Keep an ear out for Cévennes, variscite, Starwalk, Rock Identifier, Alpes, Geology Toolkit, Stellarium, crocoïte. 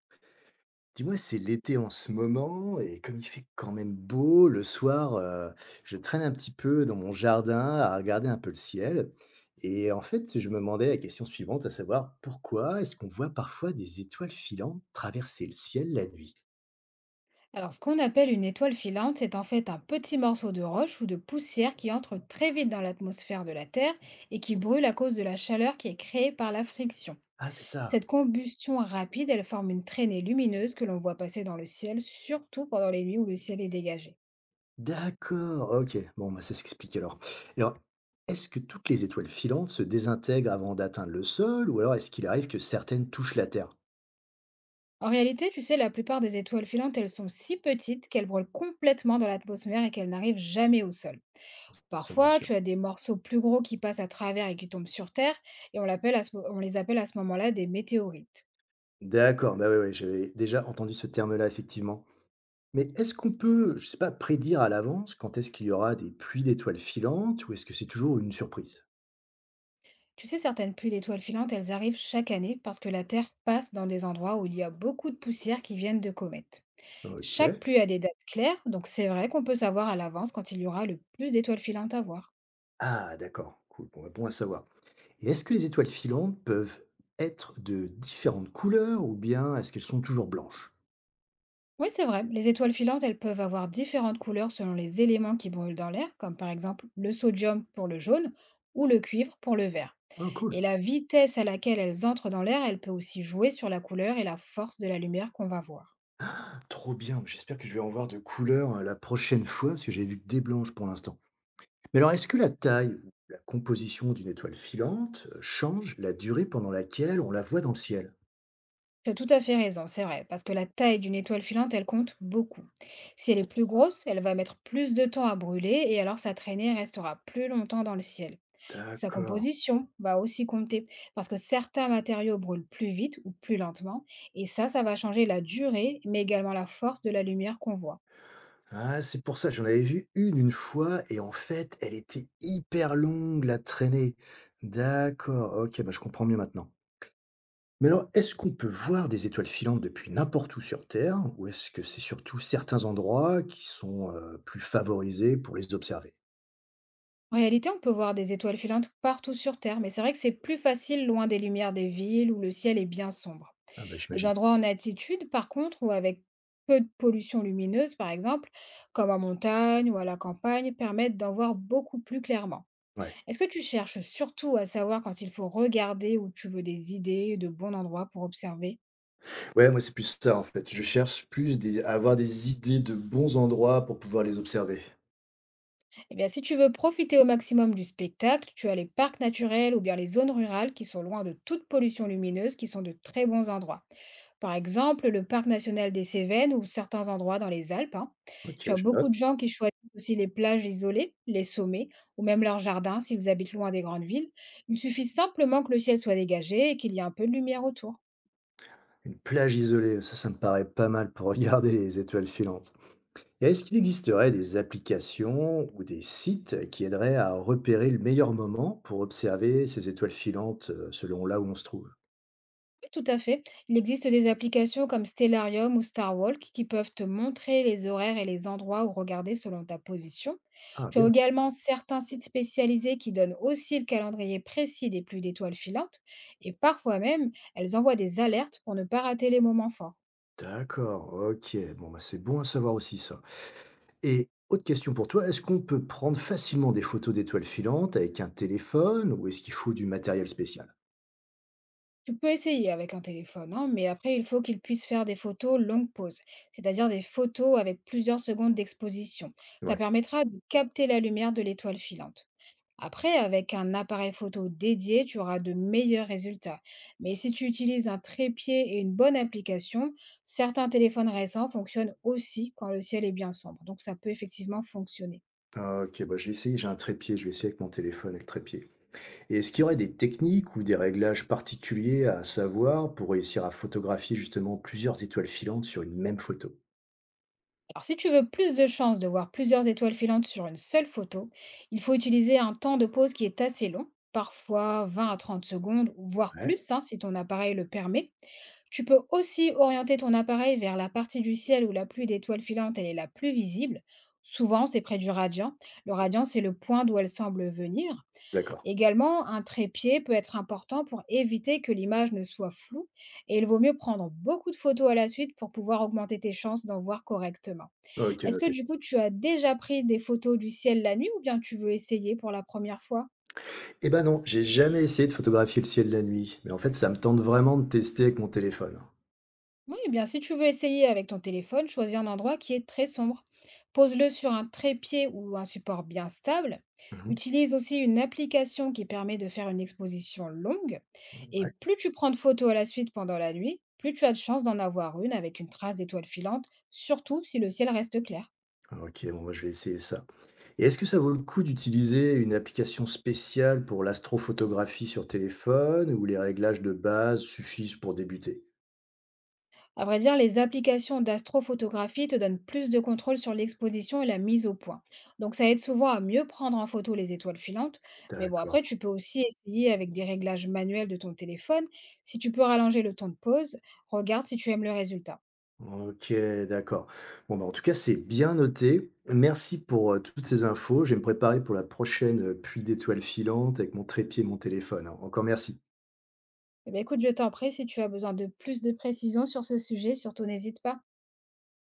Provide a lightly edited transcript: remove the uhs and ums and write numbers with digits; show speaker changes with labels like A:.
A: Dis-moi, c'est l'été en ce moment et comme il fait quand même beau, le soir, je traîne un petit peu dans mon jardin à regarder un peu le ciel et en fait, je me demandais la question suivante, à savoir pourquoi est-ce qu'on voit parfois des étoiles filantes traverser le ciel la nuit?
B: Alors, ce qu'on appelle une étoile filante, c'est en fait un petit morceau de roche ou de poussière qui entre très vite dans l'atmosphère de la Terre et qui brûle à cause de la chaleur qui est créée par la friction.
A: Ah, c'est ça.
B: Cette combustion rapide, elle forme une traînée lumineuse que l'on voit passer dans le ciel, surtout pendant les nuits où le ciel est dégagé.
A: D'accord, OK. Bon, bah, ça s'explique alors. Et alors, est-ce que toutes les étoiles filantes se désintègrent avant d'atteindre le sol ou alors est-ce qu'il arrive que certaines touchent la terre?
B: En réalité, tu sais, la plupart des étoiles filantes, elles sont si petites qu'elles brûlent complètement dans l'atmosphère et qu'elles n'arrivent jamais au sol.
A: Ça me
B: Parfois, tu
A: rassure.
B: as des morceaux plus gros qui passent à travers et qui tombent sur Terre, et on les appelle à ce moment-là des météorites.
A: D'accord, bah, oui, oui, j'avais déjà entendu ce terme-là effectivement. Mais est-ce qu'on peut, je sais pas, prédire à l'avance quand est-ce qu'il y aura des pluies d'étoiles filantes ou est-ce que c'est toujours une surprise?
B: Tu sais, certaines pluies d'étoiles filantes, elles arrivent chaque année parce que la Terre passe dans des endroits où il y a beaucoup de poussière qui viennent de comètes. Chaque
A: OK.
B: pluie a des dates claires, donc c'est vrai qu'on peut savoir à l'avance quand il y aura le plus d'étoiles filantes à voir.
A: Ah d'accord, cool, bon, bah, bon à savoir. Et est-ce que les étoiles filantes peuvent être de différentes couleurs ou bien est-ce qu'elles sont toujours blanches?
B: Oui, c'est vrai. Les étoiles filantes, elles peuvent avoir différentes couleurs selon les éléments qui brûlent dans l'air, comme par exemple le sodium pour le jaune ou le cuivre pour le vert.
A: Ah
B: Et
A: cool,
B: la vitesse à laquelle elles entrent dans l'air, elle peut aussi jouer sur la couleur et la force de la lumière qu'on va voir.
A: trop bien, j'espère que je vais en voir de couleurs, la prochaine fois parce que j'ai vu que des blanches pour l'instant. Mais alors est-ce que la taille ou la composition d'une étoile filante, change la durée pendant laquelle on la voit dans le ciel?
B: Tu as tout à fait raison, c'est vrai, parce que la taille d'une étoile filante, elle compte beaucoup. Si elle est plus grosse, elle va mettre plus de temps à brûler et alors sa traînée restera plus longtemps dans le ciel. Sa
A: D'accord.
B: composition va aussi compter, parce que certains matériaux brûlent plus vite ou plus lentement, et ça va changer la durée, mais également la force de la lumière qu'on voit.
A: Ah, c'est pour ça, j'en avais vu une fois et en fait, elle était hyper longue, la traînée. D'accord, ok, bah, je comprends mieux maintenant. Mais alors, est-ce qu'on peut voir des étoiles filantes depuis n'importe où sur Terre, ou est-ce que c'est surtout certains endroits qui sont plus favorisés pour les observer?
B: En réalité, on peut voir des étoiles filantes partout sur Terre, mais c'est vrai que c'est plus facile loin des lumières des villes où le ciel est bien sombre.
A: Ah bah,
B: Les
A: j'imagine.
B: endroits en altitude, par contre, ou avec peu de pollution lumineuse, par exemple, comme en montagne ou à la campagne, permettent d'en voir beaucoup plus clairement.
A: Ouais.
B: Est-ce que tu cherches surtout à savoir quand il faut regarder ou tu veux des idées de bons endroits pour observer?
A: Ouais, moi c'est plus ça en fait. Je cherche plus des... à avoir des idées de bons endroits pour pouvoir les observer.
B: Eh bien, si tu veux profiter au maximum du spectacle, tu as les parcs naturels ou bien les zones rurales qui sont loin de toute pollution lumineuse, qui sont de très bons endroits. Par exemple, le parc national des Cévennes ou certains endroits dans les Alpes, hein.
A: Ok,
B: Tu as
A: je
B: beaucoup de
A: note.
B: gens qui choisissent aussi les plages isolées, les sommets ou même leurs jardins s'ils habitent loin des grandes villes. Il suffit simplement que le ciel soit dégagé et qu'il y ait un peu de lumière autour.
A: Une plage isolée, ça me paraît pas mal pour regarder les étoiles filantes. Et est-ce qu'il existerait des applications ou des sites qui aideraient à repérer le meilleur moment pour observer ces étoiles filantes selon là où on se trouve?
B: Tout à fait. Il existe des applications comme Stellarium ou Starwalk qui peuvent te montrer les horaires et les endroits où regarder selon ta position.
A: Ah
B: Tu as
A: bien,
B: également certains sites spécialisés qui donnent aussi le calendrier précis des pluies d'étoiles filantes et parfois même, elles envoient des alertes pour ne pas rater les moments forts.
A: d'accord, ok, bon bah c'est bon à savoir aussi ça. Et autre question pour toi, est-ce qu'on peut prendre facilement des photos d'étoiles filantes avec un téléphone ou est-ce qu'il faut du matériel spécial?
B: Tu peux essayer avec un téléphone, hein, mais après, il faut qu'il puisse faire des photos longue pause, c'est-à-dire des photos avec plusieurs secondes d'exposition. Ça
A: Ouais.
B: permettra de capter la lumière de l'étoile filante. Après, avec un appareil photo dédié, tu auras de meilleurs résultats. Mais si tu utilises un trépied et une bonne application, certains téléphones récents fonctionnent aussi quand le ciel est bien sombre. Donc ça peut effectivement fonctionner.
A: Ah, Ok, bah je vais essayer, j'ai un trépied, je vais essayer avec mon téléphone et le trépied. Et est-ce qu'il y aurait des techniques ou des réglages particuliers à savoir pour réussir à photographier justement plusieurs étoiles filantes sur une même photo?
B: Alors si tu veux plus de chances de voir plusieurs étoiles filantes sur une seule photo, il faut utiliser un temps de pause qui est assez long, parfois 20 à 30 secondes, voire
A: Ouais,
B: plus hein, si ton appareil le permet. Tu peux aussi orienter ton appareil vers la partie du ciel où la pluie d'étoiles filantes elle est la plus visible. Souvent, c'est près du radian. Le radian, c'est le point d'où elle semble venir.
A: d'accord.
B: Également, un trépied peut être important pour éviter que l'image ne soit floue et il vaut mieux prendre beaucoup de photos à la suite pour pouvoir augmenter tes chances d'en voir correctement.
A: OK,
B: Est-ce que
A: noté.
B: du coup, tu as déjà pris des photos du ciel la nuit ou bien tu veux essayer pour la première fois?
A: Eh ben non, j'ai jamais essayé de photographier le ciel la nuit, mais en fait, ça me tente vraiment de tester avec mon téléphone.
B: Oui, eh bien, si tu veux essayer avec ton téléphone, choisis un endroit qui est très sombre. Pose-le sur un trépied ou un support bien stable.
A: Mmh.
B: Utilise aussi une application qui permet de faire une exposition longue. Et
A: Ouais.
B: plus tu prends de photos à la suite pendant la nuit, plus tu as de chances d'en avoir une avec une trace d'étoile filante, surtout si le ciel reste clair.
A: OK, bon, bah, je vais essayer ça. Et est-ce que ça vaut le coup d'utiliser une application spéciale pour l'astrophotographie sur téléphone ou les réglages de base suffisent pour débuter?
B: À vrai dire, les applications d'astrophotographie te donnent plus de contrôle sur l'exposition et la mise au point. Donc ça aide souvent à mieux prendre en photo les étoiles filantes. Mais bon,
A: D'accord.
B: après, tu peux aussi essayer avec des réglages manuels de ton téléphone. Si tu peux rallonger le temps de pause, regarde si tu aimes le résultat.
A: OK, d'accord. Bon, bah, en tout cas, c'est bien noté. Merci pour, toutes ces infos. Je vais me préparer pour la prochaine, pluie d'étoiles filantes avec mon trépied et mon téléphone, hein. Encore merci.
B: Eh bien, écoute, je t'en prie, si tu as besoin de plus de précisions sur ce sujet, surtout n'hésite pas.